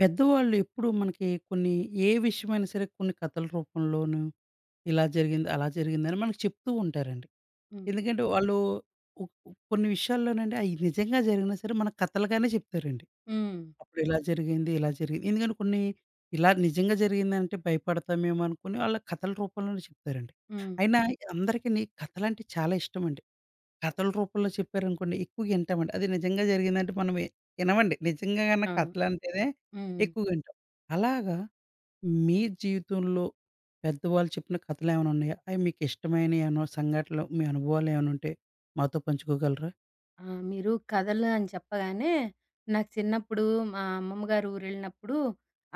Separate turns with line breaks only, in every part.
పెద్దవాళ్ళు ఎప్పుడు మనకి ఏ విషయమైనా సరే కొన్ని కథల రూపంలోను ఇలా జరిగింది, అలా జరిగిందని మనకు చెప్తూ ఉంటారండి.
హ్మ్.
ఎందుకంటే వాళ్ళు ఒ కొన్ని విషయాల్లోనండి అయి నిజంగా జరిగినా సరే మనకు కథలుగానే చెప్తారండి.
హ్మ్.
అప్పుడు ఇలా జరిగింది, ఇలా జరిగింది. ఎందుకంటే కొన్ని ఇలా నిజంగా జరిగిందంటే భయపడతామేమో అనుకోని, వాళ్ళు కథల రూపంలోనే చెప్తారండి.
హ్మ్.
అయినా అందరికిని కథలంటే చాలా ఇష్టమండి. కథల రూపంలో చెప్పారనుకోండి ఎక్కువగా వింటామండి. అది నిజంగా జరిగిందంటే మనం వినమండి. నిజంగా గన్న
అవును.
కథలంటేనే
హ్మ్.
ఎక్కువగా వింటాం. అలాగా మీ జీవితంలో పెద్దవాళ్ళు చెప్పిన కథలేమైనా ఉన్నాయా? అవి మీకు ఇష్టమైనయి ఏమన్నా సంఘటనలు, మీ అనుభవాలు ఏమైనా ఉంటే మాతో పంచుకోగలరా?
ఆ! మీరు కథలు అని చెప్పగానే, నాకు చిన్నప్పుడు మా అమ్మమ్మ గారు ఊరెళ్ళినప్పుడు,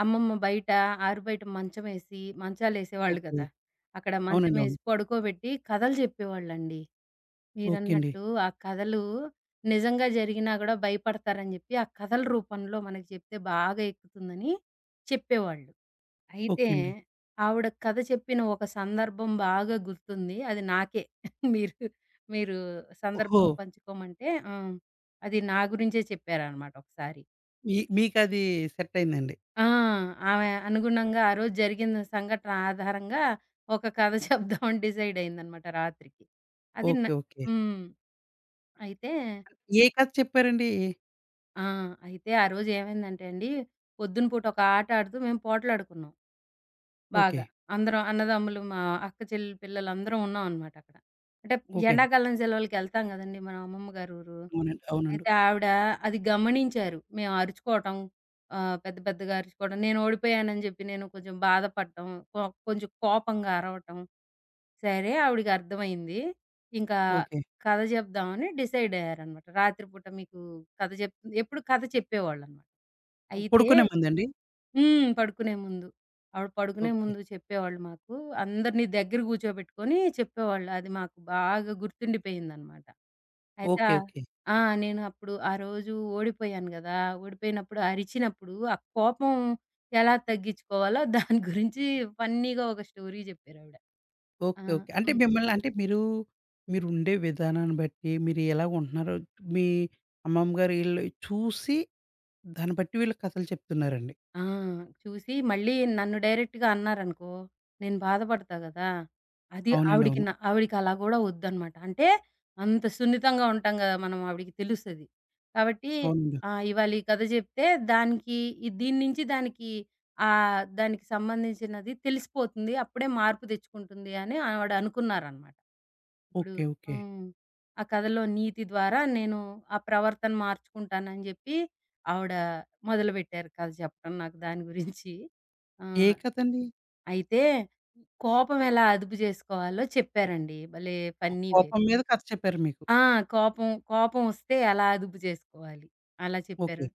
అమ్మమ్మ బయట ఆరు బయట మంచమేసి మంచాలేసేవాళ్ళు
ఓకే.
కదా! అక్కడ
అవునండి,
మంచమేసి
అవును.
పడుకోబెట్టి కథలు చెప్పేవాళ్ళండి.
ఓకే అండి.
మీరన్నట్టు ఆ కథలు నిజంగా జరిగినా గూడా భయపడతారని జెప్పి, ఆ కథల రూపంలో మనకు చెప్తే బాగా ఎక్కుతుందని చెప్పేవాళ్ళు. అయితే,
ఓకే అండి.
ఆవిడ కథ చెప్పిన ఒక సందర్భం బాగా గుర్తుంది. అది నాకే. మీరు మీరు
ఓహో!
సందర్భం పంచుకోమంటే ఆ! అది నా గురించే చెప్పారనమాట ఒకసారి.
మీకది సెట్ అయిందండి.
ఆ! ఆమె అనుగుణంగా ఆ రోజు జరిగిన సంఘటన ఆధారంగా ఒక కథ చెప్దామని డిసైడ్ అయిందనమాట రాత్రికి. అది న
ఓకే, ఓకే.
హ్మ్. అయితే
ఏ కథ చెప్పారండి?
ఆ! అయితే ఆ రోజు ఏమైందంటే అండి, పొద్దున పూట ఒక ఆట ఆడుతూ మేము పోట్లాడుకున్నాం.
ఓకే.
బాగా. అందరం అన్నదమ్ములు, మా అక్క చెల్లెలు పిల్లలు అందరం ఉన్నాం అనమాట అక్కడ. అంటే
ఓకే అండి.
ఎండాకాలం సెలవులకెళ్తాం గదండీ మనం అమ్మమ్మ గారి ఊరు.
అవునండి, అవునండి.
అయితే ఆవిడ అది గమనించారు. మేము అరుచుకోవటం, పెద్ద పెద్దగా అరుచుకోవడం, నేను ఓడిపోయానని జెప్పి నేను కొంచెం బాధపడటం, కొ కొంచెం కోపంగా అరవటం. సరే ఆవిడకి అర్థమైంది. ఇంకా
ఓకే.
కథ జెప్దామని డిసైడ్ అయ్యారనమాట. రాత్రిపూట మీకు కథ జెప్ ఎప్పుడు కథ చెప్పేవాళ్ళనమాట. అయితే
పడుకునే ముందండి?
హ్మ్. పడుకునే ముందు. ఆవిడ పడుకునే
ఓకే,
ముందు చెప్పేవాళ్ళు మాకు. అందరిని దగ్గర కూర్చోబెట్టుకొని చెప్పేవాళ్ళు. అది మాకు బాగా గుర్తుండిపోయిందనమాట. అయితే
ఓకే. ఓకే,
ఆ! నేను అప్పుడు ఆ రోజు ఓడిపోయాను గదా! ఓడిపోయినప్పుడు అరిచినప్పుడు ఆ కోపం ఎలా తగ్గించుకోవాలో దాని గురించి ఫన్నీగా ఒక స్టోరీ చెప్పారావిడ. ఆ!
ఓకే. ఓకే. అంటే
హ్మ్.
మిమ్మల్ని, అంటే మీరు, మీరుండే విధానాన్ని బట్టి, మీరు ఎలాగుంటున్నారో మీ అమ్మమ్మ గారు ఈళ్ళు చూసి, దాన్ని బట్టి వీళ్ళు కథలు చెప్తున్నారండి.
ఆ! చూసి మళ్ళీ నన్ను డైరెక్ట్‌గా అన్నారనుకో, నేను బాధపడతా గదా! అది
అవునండి,
ఆవిడకి
అవును.
న ఆవిడకి అలా గూడా ఒద్దనమాట. అంటే అంత సున్నితంగా ఉంటాం గదా! మనం ఆవిడకి తెలుస్తది. కాబట్టి
అవునండి.
ఇవాళ ఈ కథ జెప్తే దానికి దీని నుంచి దానికి దానికి సంబంధించినది తెలిసిపోతుంది. అప్పుడే మార్పు తెచ్చుకుంటుంది అని ఆవిడ అనుకున్నారనమాట. ఇప్పుడు
ఓకే, ఓకే.
హ్మ్. ఆ కథలో నీతి ద్వారా నేను ఆ ప్రవర్తన మార్చుకుంటానని జెప్పి ఆవిడ మొదలుపెట్టారు కథ చెప్పడం నాకు దాని గురించి.
ఏ
ఆహ్,
కథండి?
అయితే కోపం ఎలా అదుపు జేసుకోవాలో చెప్పారండి. భలే ఫన్నీ వే.
కోపం మీద కథ చెప్పారు మీకు.
ఆ! కోపం, కోపం వస్తే ఎలా అదుపు జేసుకోవాలి అలా చెప్పారు.
ఓకే.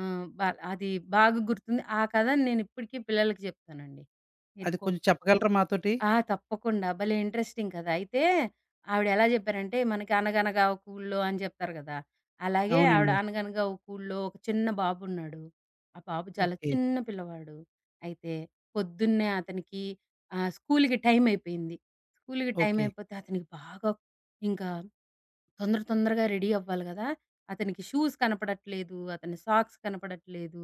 ఆహ్, బ అది బాగా గుర్తుంది. ఆ కథని నేనిప్పటికీ పిల్లలకి జెప్తానండి. మీరు
అది
కో
కొంచెం చెప్పగలరా మాతోటి?
ఆ! తప్పకుండా. భలే ఇంట్రెస్టింగ్ కదా! అయితే ఆవిడ ఎలా జెప్పారంటే, మనకి 'అనగనగా ఒక ఊళ్ళో' అని జెప్తారు గదా! అలాగే ఆవిడ
అవునండి, అవును.
'అనగనగా ఒక ఊళ్ళో' ఒక చిన్న బాబున్నాడు. ఆ బాబు చాలా
ఓకే.
చిన్న పిల్లవాడు. అయితే పొద్దున్నే అతనికి స్కూలుకి టైం అయిపోయింది. స్కూలుకి టైం
ఓకే,
అయిపోతే అతనికి బాగా ఇంకా తొందర తొందరగా రెడీ అవ్వాలి గదా! అతనికి షూస్ కనపడట్లేదు. అతని సాక్స్ కనపడట్లేదు.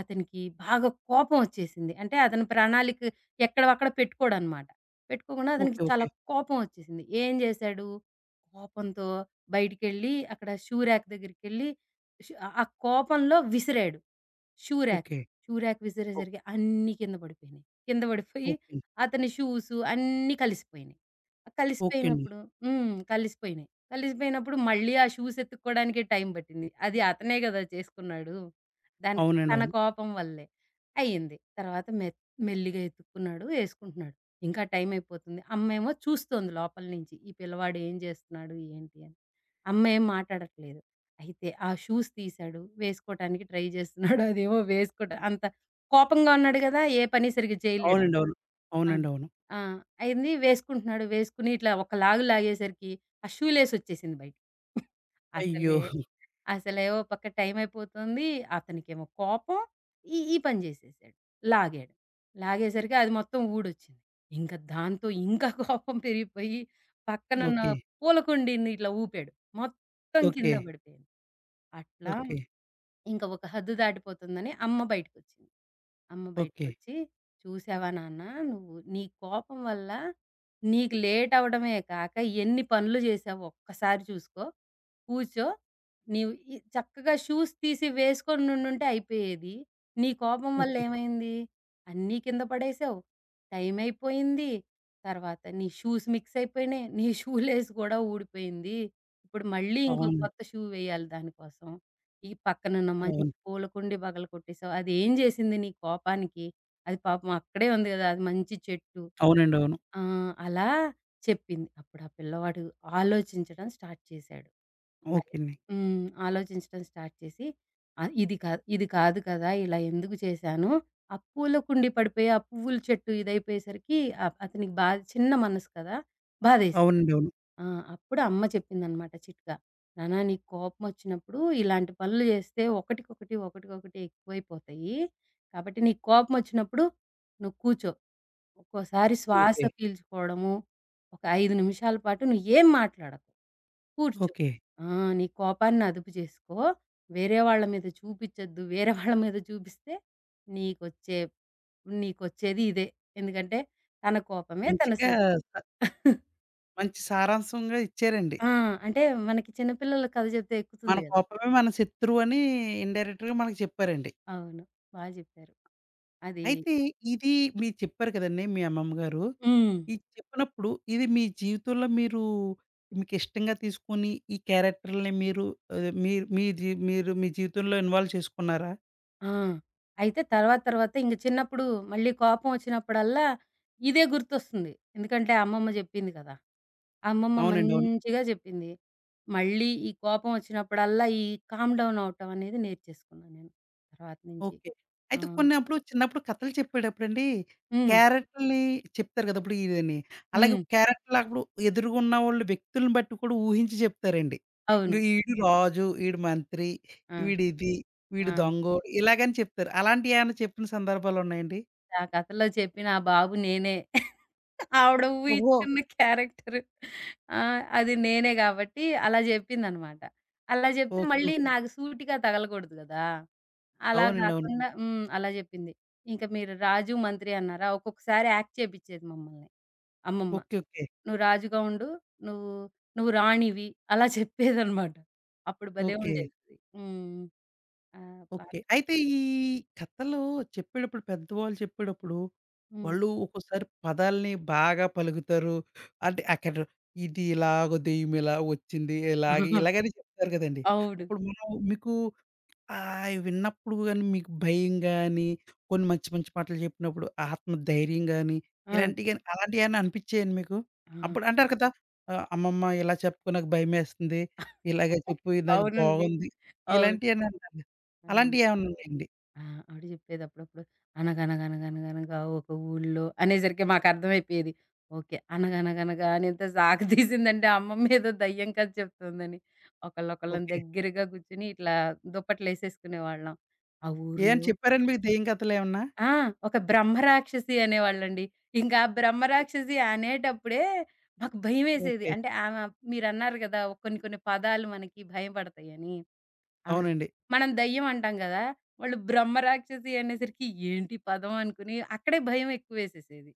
అతనికి బాగా కోపం ఒచ్చేసింది. అంటే అతని ప్రణాళిక ఎక్కడివక్కడ పెట్టుకోడనమాట. పెట్టుకోకుండా అతనికి
ఓకే.
చాలా
ఓకే,
కోపం వచ్చేసింది. ఏం జేశాడు? కోపంతో బయటికెళ్ళి అక్కడ షూ ర్యాక్ దగ్గరికెళ్ళి ష్ ఆ ఆ కోపంలో విసిరాడు. Shoe rack.
Okay.
Shoe rack
ఓ
విసిరేసరికి అన్నీ కింద పడిపోయినాయి. కింద పడిపోయి
ఓకే.
అతని షూసు అన్నీ కలిసిపోయినాయి. ఆ
ఓకే అండి.
కలిసిపోయినప్పుడు హ్మ్. కలిసిపోయినాయి. కలిసిపోయినప్పుడు మళ్ళీ ఆ షూస్ ఎతుక్కోవడానికే టైం పట్టింది. అది అతనే గదా చేసుకున్నాడు. దానికి
అవునండి,
తన
అవును.
కోపం వల్లే అయింది. తర్వాత మెల్లిగా ఎతుక్కున్నాడు. ఏసుకుంటున్నాడు. ఇంకా టైమయిపోతుంది. అమ్మేమో చూస్తోంది లోపల నుంచి. ఈ పిల్లవాడు ఏం జేస్తున్నాడు? ఏంటి అని. అమ్మ ఏం మాటాడట్లేదు. అయితే ఆ షూస్ తీశాడు. వేసుకోటానికి ట్రై జేస్తున్నాడు. అదేమో వేసుకోట అంత కోపంగా ఉన్నాడు గదా! ఏ పని సరిగ్గా చేయలేడని.
అవునండి, అవును.
ఆ!
అవునండి, అవును.
ఆ! అయింది వేసుకుంటున్నాడు. వేసుకుని ఇట్లా ఒక లాగు లాగేసరికి ఆ షూ లేసొచ్చేసింది బయటికి.
అయ్యో!
అసలే అసలేవో పక్క టైమయిపోతుంది. అతనికేమో కోపం. ఈ ఈ పని జేసేసాడు. లాగాడు. లాగేసరికి అది మొత్తం ఊడొచ్చింది. ఇంక దాంతో ఇంకా కోపం పెరిగిపోయి పక్కనున్న
ఓకే.
పూల కుండీని ఇట్లా ఊపాడు. మొత్తం కింద
ఓకే.
పడిపోయింది. అట్లా
ఓకే.
ఇంక ఒక హద్దు దాటిపోతుందని అమ్మ బయటకొచ్చింది. అమ్మ
ఓకే.
బయటకొచ్చి, "చూసావా నాన్న, నువ్వు నీ కోపం వల్ల నీకు లేట్ అవ్వడమే కాక ఎన్ని పనులు చేశావో ఒక్కసారి చూసుకో. కూర్చో. నీవు ఈ చక్కగా షూస్ తీసి వేసుకొని నుండుంటే అయిపోయేది. నీ కోపం వల్ల
ఓకే.
ఏమైంది? అన్నీ కింద పడేశావు. టైం అయిపోయింది. తర్వాత నీ షూస్ మిక్స్ అయిపోయినాయి. నీ షూ లేస్ కూడా ఊడిపోయింది. ఇప్పుడు మళ్ళీ ఇంకో
అవును.
కొత్త షూ వేయాలి దానికోసం. ఈ పక్కనున్న మంచి
అవును.
పూల కుండీ పగలగొట్టేసావు. అది ఏం చేసింది నీ కోపానికి? అది పాపం అక్కడే ఉంది కదా! అది మంచి చెట్టు."
అవునండి, అవును.
ఆ! అలా చెప్పింది. అప్పుడు ఆ పిల్లవాడు ఆలోచించడం స్టార్ట్ చేశాడు. అదే
ఓకే అండి.
హ్మ్. ఆలోచించడం స్టార్ట్ చేసి ఇది కాదు, ఇది కాదు కదా! ఇలా ఎందుకు చేశాను? ఆ పూల కుండీ పడిపోయి, ఆ పువ్వుల చెట్టు ఇదైపోయేసరికి అతనికి బాధ చిన్న మనసు కదా! బాధేసింది.
అవునండి, అవును.
ఆ! అప్పుడు అమ్మ చెప్పిందనమాట చిట్కా. "నాన్న, నీకు కోపమొచ్చినప్పుడు ఇలాంటి పనులు జేస్తే ఒకటికొకటి, ఒకటికొకటి ఎక్కువైపోతాయి. కాబట్టి నీకు కోపమొచ్చినప్పుడు నువ్వు కూర్చో. ఒక్కోసారి శ్వాస
ఓకే,
పీల్చుకోవడము, ఒక 5 నిమిషాల పాటు నువ్వేం మాట్లాడకు. కూర్చో.
ఓకే.
ఆ! నీ కోపాన్ని అదుపు జేసుకో. వేరే వాళ్ళ మీద చూపిచ్చొద్దు. వేరే వాళ్ళ మీద చూపిస్తే నీకొచ్చే నీకొచ్చేది ఇదే. ఎందుకంటే తన కోపమే తన
మంచిగా
శత్రువు."
స మంచి సారాంశంగా ఇచ్చారండి.
ఆ! అంటే మనకి చిన్న పిల్లల కథ చెప్తే
మన
ఎక్కుతుంది గదా!
కోపమే మన శత్రువు అని ఇండైరెక్ట్‌గా మనకు చెప్పారండి.
అవును. బా జెప్పారు. అది
అయితే ఇది మీరు చెప్పారు కదండీ మీ అమ్మమ్మ గారు.
హ్మ్.
ఇది చెప్పినప్పుడు ఇది మీ జీవితంలో మీరు మీకిష్టంగా తీసుకొని ఈ క్యారెక్టర్‌లని మీరు మీరు మీ జీ మీరు మీ జీవితంలో ఇన్వాల్వ్ చేసుకున్నారా?
ఆ! అయితే తర్వాత తర్వాత ఇంక చిన్నప్పుడు మళ్ళీ కోపం వచ్చినప్పుడల్లా ఇదే గుర్తొస్తుంది. ఎందుకంటే అమ్మమ్మ జెప్పింది కదా! అమ్మమ్మ
అవునండి, అవును.
మంచిగా జెప్పింది. మళ్ళీ ఈ కోపం వచ్చినప్పుడల్లా ఈ కామ్ డౌన్ అవ్వటం అనేది నేర్చేసుకున్నాను నేను తర్వాత నుంచి.
ఓకే.
ఆ!
అయితే కొన్ని అప్పుడు చిన్నప్పుడు కథలు చెప్పేటప్పుడండి
హ్మ్.
క్యారెక్టర్‌లని చెప్తారు కదా! ఇప్పుడు ఇదని. అలాగే
హ్మ్.
క్యారెక్టర్‌లు అప్పుడు ఎదురుగున్న వాళ్ళు వ్యక్తులను బట్టి కూడా ఊహించి చెప్తారండి.
అవును.
ఇంక ఈడు రాజు, ఈడు మంత్రి,
ఆ!
వీడిది, వీడు
ఆ!
దొంగోడు ఇలాగని చెప్తారు. అలాంటియేమన్నా చెప్పిన సందర్భాలున్నాయండి?
ఆ కథలో చెప్పిన ఆ బాబు నేనే. ఆవిడ
ఓహో!
ఊహించుకున్న క్యారెక్టర్. ఆ! అది నేనే గాబట్టి అలా జెప్పిందనమాట. అలా జెప్తే
ఓకే, ఓకే.
మళ్ళీ నాకు సూటిగా తగలకూడదు గదా! అలా
అవునండి, అవును.
గాకుండా హ్మ్. అలా జెప్పింది. ఇంక మీరు రాజు, మంత్రి అన్నారా? ఒక్కొక్కసారి యాక్ట్ చేపిచ్చేది మమ్మల్ని అమ్మమ్మ.
Okay, okay.
"నువ్వు రాజుగా ఉండు. నువ్వు నువ్వు రాణివి." అలా చెప్పేదనమాట. అప్పుడు భలే
ఓకే,
ఉండేదది. హ్మ్. ఆ! పా
ఓకే. అయితే ఈ కథలు చెప్పేటప్పుడు, పెద్దవాళ్ళు చెప్పేటప్పుడు,
హ్మ్.
వాళ్ళు ఒక్కోసారి పదాల్ని బాగా పలుకుతారు. అంటే అక్కడ ఇది ఇలాగ దెయ్యం ఇలా వచ్చింది, ఇలాగ ఇలాగని చెప్తారు కదండీ!
అవుడు.
అప్పుడు మనం మీకు ఆయి విన్నప్పుడు గాని, మీకు భయం గాని, కొన్ని మంచి మంచి మాటలు చెప్పినప్పుడు ఆత్మధైర్యం గాని,
ఆ!
ఇలాంటియి గాని అలాంటియేమన్నా అనిపిచ్చాయండి మీకు?
ఆ!
అప్పుడు అంటారు కదా! అమ్మమ్మ ఇలా చెప్పకు, నాకు భయమేస్తుంది. ఇలాగే చెప్పు, ఇది నాకు
అవునండి.
బాగుంది.
అవును.
ఇలాంటియేనా అంటారు.
ఆ!
అలాంటియేమన్నా ఉన్నాయండి?
ఆ! ఆవిడ జెప్పేది అప్పుడప్పుడు. అనగనగనగనగనగా ఒక ఊళ్ళో అనేసరికి మాకర్థమైపోయేది. ఓకే. అనగనగనగా అని ఎంత సాగ తీసిందంటే అమ్మమ్మేదో దయ్యం కథ చెప్తుందని. ఒకళ్ళొకళ్ళం
ఓకే.
దగ్గరగా కూర్చొని ఇట్లా దుప్పట్లేసేసుకునేవాళ్ళం. ఆ ఊర్లో
ఏమన్నా చెప్పారండి మీకు దెయ్యం కథలేమన్నా?
ఆ! ఒక బ్రహ్మరాక్షసి అనేవాళ్ళండి. ఇంకా ఆ బ్రహ్మరాక్షసి అనేటప్పుడే మాకు భయమేసేది.
ఓకే.
అంటే ఆమె మీరన్నారు గదా! కొన్ని కొన్ని పదాలు మనకి భయం పడతాయని. ఆవిడ
అవునండి.
మనం దెయ్యం అంటాం గదా! వాళ్ళు బ్రహ్మరాక్షసి అనేసరికి ఏంటి పదం అనుకుని అక్కడే భయం ఎక్కువేసేసేది.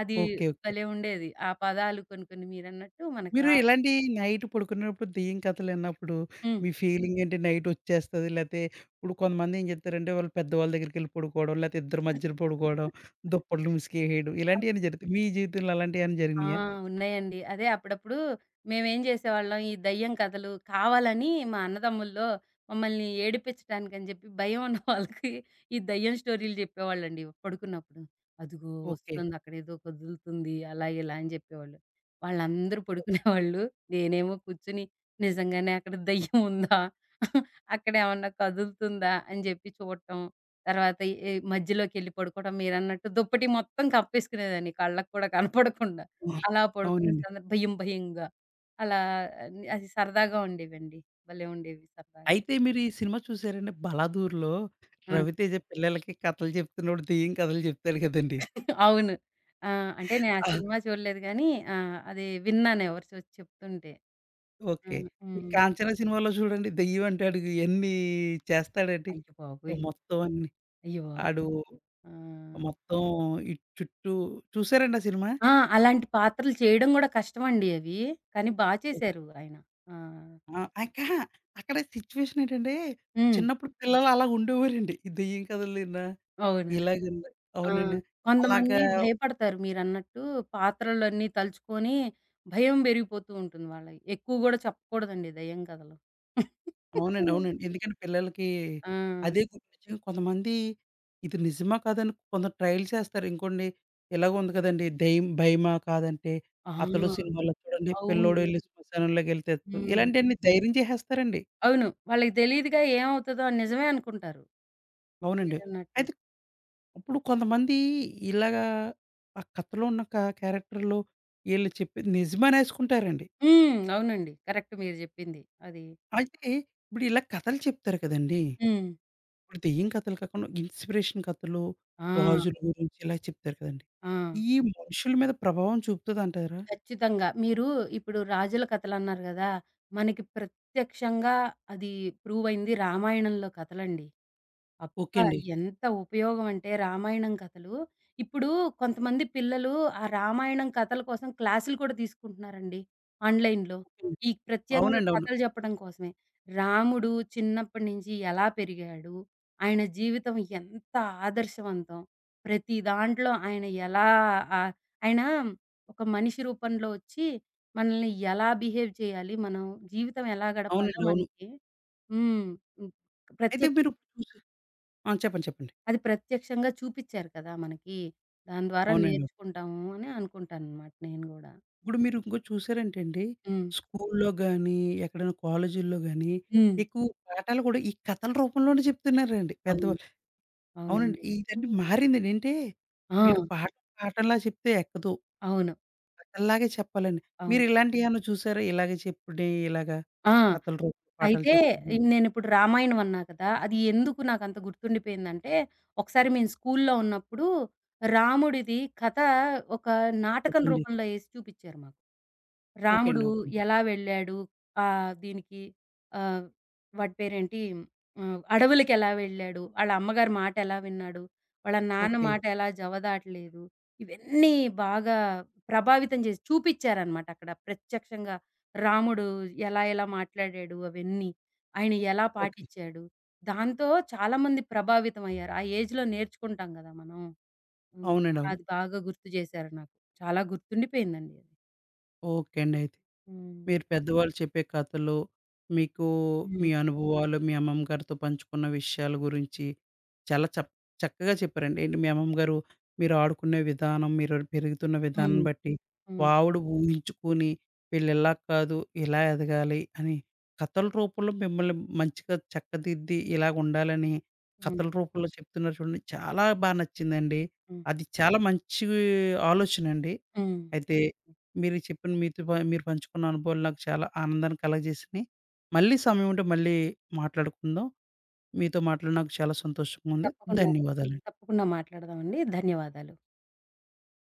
అది
ఓకే, ఓకే.
భలే ఉండేది. ఆ పదాలు కొన్ని కొన్ని మీరన్నట్టు మనకు
మీరు
రావు.
ఇలాంటి నైట్ పడుకునేటప్పుడు దెయ్యం కథలు విన్నప్పుడు
హ్మ్.
మీ ఫీలింగ్ ఏంటి? నైట్ వచ్చేస్తది లేతే ఇప్పుడు కొంతమంది ఏం జేత్తారంటే, వాళ్ళు పెద్దవాళ్ళ దగ్గరికెళ్ళి పడుకోవడం, లేతే ఇద్దరి మధ్యలో పడుకోవడం, దుప్పట్లు ముసుకేయడం, ఇలాంటియన్నీ జరుగుతాయి. మీ జీవితంలో అలాంటియేమన్నా
ఆ!
జరిగినాయా?
ఉన్నాయండి. అదే అప్పుడప్పుడు మేమేం చేసేవాళ్ళం, ఈ దెయ్యం కథలు కావాలని మా అన్నదమ్ముల్లో మమ్మల్ని ఏడిపించడానికని చెప్పి భయం ఉన్న వాళ్ళకి ఈ దెయ్యం స్టోరీలు చెప్పేవాళ్ళండి పడుకున్నప్పుడు. అదిగో
ఓకే.
వస్తుంది అక్కడేదో కదులుతుంది అలా ఇలా అని చెప్పేవాళ్ళు. వాళ్ళందరూ పడుకునేవాళ్ళు. నేనేమో కూర్చొని నిజంగానే అక్కడ దెయ్యం ఉందా? అక్కడేమన్నా కదులుతుందా? అని చెప్పి చూడటం. తర్వాత ఈ మధ్యలోకెళ్ళి పడుకోవడం మీరన్నట్టు దుప్పటి మొత్తం కప్పేసుకునేదాన్ని కళ్ళకి కూడా కనపడకుండా.
ఆ,
అలా పడుకున్న
అవునండి.
సందర్భం భయం భయంగా. అలా అన్ని అది సరదాగా ఉండేవండి. భలే ఉండేవి సరదాగా.
అయితే మీరు ఈ సినిమా చూసారండి 'బలాదూర్‌లో'
ఆ!
రవితేజ పిల్లలకి కథలు చెప్తున్నప్పుడు దెయ్యం కథలు చెప్తాడు కదండీ!
అవును. ఆ! అంటే నేను ఆ
ఆ!
సినిమా చూడలేదు గానీ అది విన్నాను ఎవరు చెప్తుంటే. ఆ!
ఓకే. ఈ
హ్మ్.
'కాంచన' సినిమాలో చూడండి, దెయ్యం అంటాడు ఎన్ని చేస్తాడండి.
అయ్య
ఓ
బాబోయ్!
మొత్తం అన్ని
అయ్య బాబోయ్!
ఆడు
ఆ!
మొత్తం ఈ చుట్టూ చూసారండి ఆ సినిమా?
ఆ! అలాంటి పాత్రలు చేయడం గూడా కష్టమండి అవి. కానీ బా
హ్మ్.
చేశారు ఆయన. ఆ!
ఆ! ఇంకా అక్కడ సిట్యుయేషన్ ఏంటంటే,
హ్మ్.
చిన్నప్పుడు పిల్లలు అలా ఉండేవారండి. ఈ దెయ్యం కథలైన
అవును.
ఇలాగండి.
ఆ!
అవునండి. అలాగా
కొంతమంది భయపడతారు మీరన్నట్టు. పాత్రలన్నీ తలుచుకొని భయం పెరిగిపోతూ ఉంటుంది వాళ్ళకి. ఎక్కువ గూడా చెప్పకూడదండి దెయ్యం కథలు.
అవునండి.
హ్మ్.
అవునండి. ఎందుకంటే పిల్లలకి
ఆ!
అదే గుర్తొచ్చి కొంతమంది ఇది నిజమా కాదని కొంత ట్రైల్ చేస్తారు. ఇంకోండి ఇలాగ ఉంది కదండీ! దెయ్యం భయమా కాదంటే,
ఆ!
'అతడు' సినిమాలో చూడండి, పిల్లోడు
అవును.
ఎళ్లి శ్మశానంలోకెళ్లి తెత్తు
హ్మ్.
ఇలాంటియన్నీ ధైర్యం చేసేస్తారండి.
అవును. వాళ్ళకి తెలీదుగా ఏమవుతదో అని నిజమే అనుకుంటారు.
అవునండి.
మీరన్నట్టు.
అయితే ఇప్పుడు కొంతమంది ఇలాగా ఆ కథలో ఉన్న క్యారెక్టర్‌లో ఈళ్ళు చెప్పేది నిజమనేసుకుంటారండి.
హ్మ్. అవునండి. కరెక్ట్ మీరు జెప్పింది. అది.
అయితే ఇప్పుడు ఇలా కథలు చెప్తారు కదండీ!
హ్మ్.
ఇప్పుడు దెయ్యం కథలు కాకుండా ఇన్స్పిరేషన్ కథలు,
ఆ!
రాజుల గురించి ఇలా చెప్తారు కదండీ!
ఆ!
ఈ మనుషుల మీద ప్రభావం చూపుతదంటారా?
ఖచ్చితంగా. మీరు ఇప్పుడు రాజుల కథలన్నారు గదా! మనకి ప్రత్యక్షంగా అది ప్రూవ్ అయింది రామాయణంలో కథలండి.
ఓకే
అబ్బా!
అండి.
ఎంత ఉపయోగం అంటే రామాయణం కథలు. ఇప్పుడు కొంతమంది పిల్లలు ఆ రామాయణం కథల కోసం క్లాసులు కూడా తీసుకుంటున్నారండి ఆన్‌లైన్‌లో. ఈ ప్రత్యేకంగా
అవునండి, అవును.
కథలు చెప్పడం కోసమే. రాముడు చిన్నప్పటి నుంచి ఎలా పెరిగాడు? ఆయన జీవితం ఎంత ఆదర్శవంతం? ప్రతి దాంట్లో ఆయన ఎలా ఆహ్, ఆయన ఒక మనిషి రూపంలో వచ్చి మనల్ని ఎలా బిహేవ్ చేయాలి? మనం జీవితం ఎలా గడపాలో
అవునండి, అవును.
మనకి హ్మ్. హ్మ్.
అయితే
ప్రత్యేక
మీరు చూసి, ఆ! చెప్పండి, చెప్పండి.
అది ప్రత్యక్షంగా చూపిచ్చారు కదా! మనకి. దాని ద్వారా
అవునండి.
నేర్చుకుంటాము అని అనుకుంటాననమాట నేను గూడా.
ఇప్పుడు మీరు ఇంకోటి చూసారంటే అండి,
హ్మ్.
స్కూల్లో గానీ, ఎక్కడైనా కాలేజీల్లో గానీ,
హ్మ్.
ఎక్కువ పాఠాలు కూడా ఈ కథల రూపంలోనే చెప్తున్నారండి
అవును.
పెద్దవాళ్ళు. అవునండి.
అవునండి.
ఇదండి మారిందండి. ఏంటే
ఆ!
వీళ్ళకి పాఠం పాఠంలా చెప్తే ఎక్కదు.
అవును.
కథల్లాగే చెప్పాలండి.
అవును.
మీరు ఇలాంటియేమన్నా చూసారా? ఇలాగే చెప్పుడే ఇలాగా
ఆ!
కథల రూపంలో పాఠాలు
అయితే ఈ
చెప్పడం.
నేనిప్పుడు రామాయణం అన్నా కదా! అది ఎందుకు నాకంత గుర్తుండిపోయిందంటే, ఒకసారి మేము స్కూల్లో ఉన్నప్పుడు రాముడిది కథ ఒక
ఓకే
నాటకం
అండి.
రూపంలో ఏసి చూపిచ్చారు మాకు.
ఓకే
రాముడు
అండి. ఓకే,
ఎలా వెళ్ళాడు? ఆహ్, దీనికి ఆహ్, వాడి పేరేంటి? హ్మ్. అడవులకెలా వెళ్ళాడు? ఆళ్ళ అమ్మగారి మాటెలా విన్నాడు? వాళ్ళ నాన్న
ఓకే.
మాట ఎలా జవదాటలేదు? ఇవన్నీ బాగా ప్రభావితం చేసి చూపిచ్చారనమాట అక్కడ ప్రత్యక్షంగా. రాముడు ఎలా ఎలా మాట్లాడాడు అవన్నీ. ఆయన ఎలా
ఓకే.
పాటిచ్చాడు? దాంతో చాలామంది ప్రభావితమయ్యారు. ఆ ఏజ్‌లో నేర్చుకుంటాం గదా మనం. హ్మ్.
అవునండి, అవును.
అది బాగా గుర్తు జేశారు నాకు. చాలా గుర్తుండిపోయిందండి అది.
ఓకే అండి, అయితే.
హ్మ్.
మీరు పెద్దవాళ్ళు చెప్పే కథలు, మీకు
హ్మ్.
మీ అనుభవాలు, మీ అమ్మమ్మ గారితో పంచుకున్న విషయాల గురించి చాలా చక్కగా చెప్పారండి. ఏంటి, మీ అమ్మమ్మ గారు మీరు ఆడుకునే విధానం, మీరు పెరుగుతున్న విధానం
హ్మ్.
బట్టి,
హ్మ్.
ఆవిడ ఊహించుకొని వీళ్ళు ఇలా కాదు, ఇలా ఎదగాలి అని కథల రూపంలో మిమ్మల్ని మంచిగా చక్కదిద్ది, ఇలాగుండాలని
హ్మ్.
కథల రూపంలో చెప్తున్నారు చూడండి. చాలా బా నచ్చిందండి.
హ్మ్.
అది చాలా మంచి ఆలోచనండి.
హ్మ్.
అయితే మీరు చెప్పిన, మీతో మీరు పంచుకున్న అనుభవాలు నాకు చాలా ఆనందాన్ని కలగజేసినియి. మళ్ళీ సమయం ఉంటే మళ్ళీ మాట్లాడుకుందాం. మీతో మాట్లాడి నాకు చాలా సంతోషంగా ఉంది.
తప్పకుండా.
ధన్యవాదాలు.
తప్పకుండా మాట్లాడదామండి. ధన్యవాదాలు.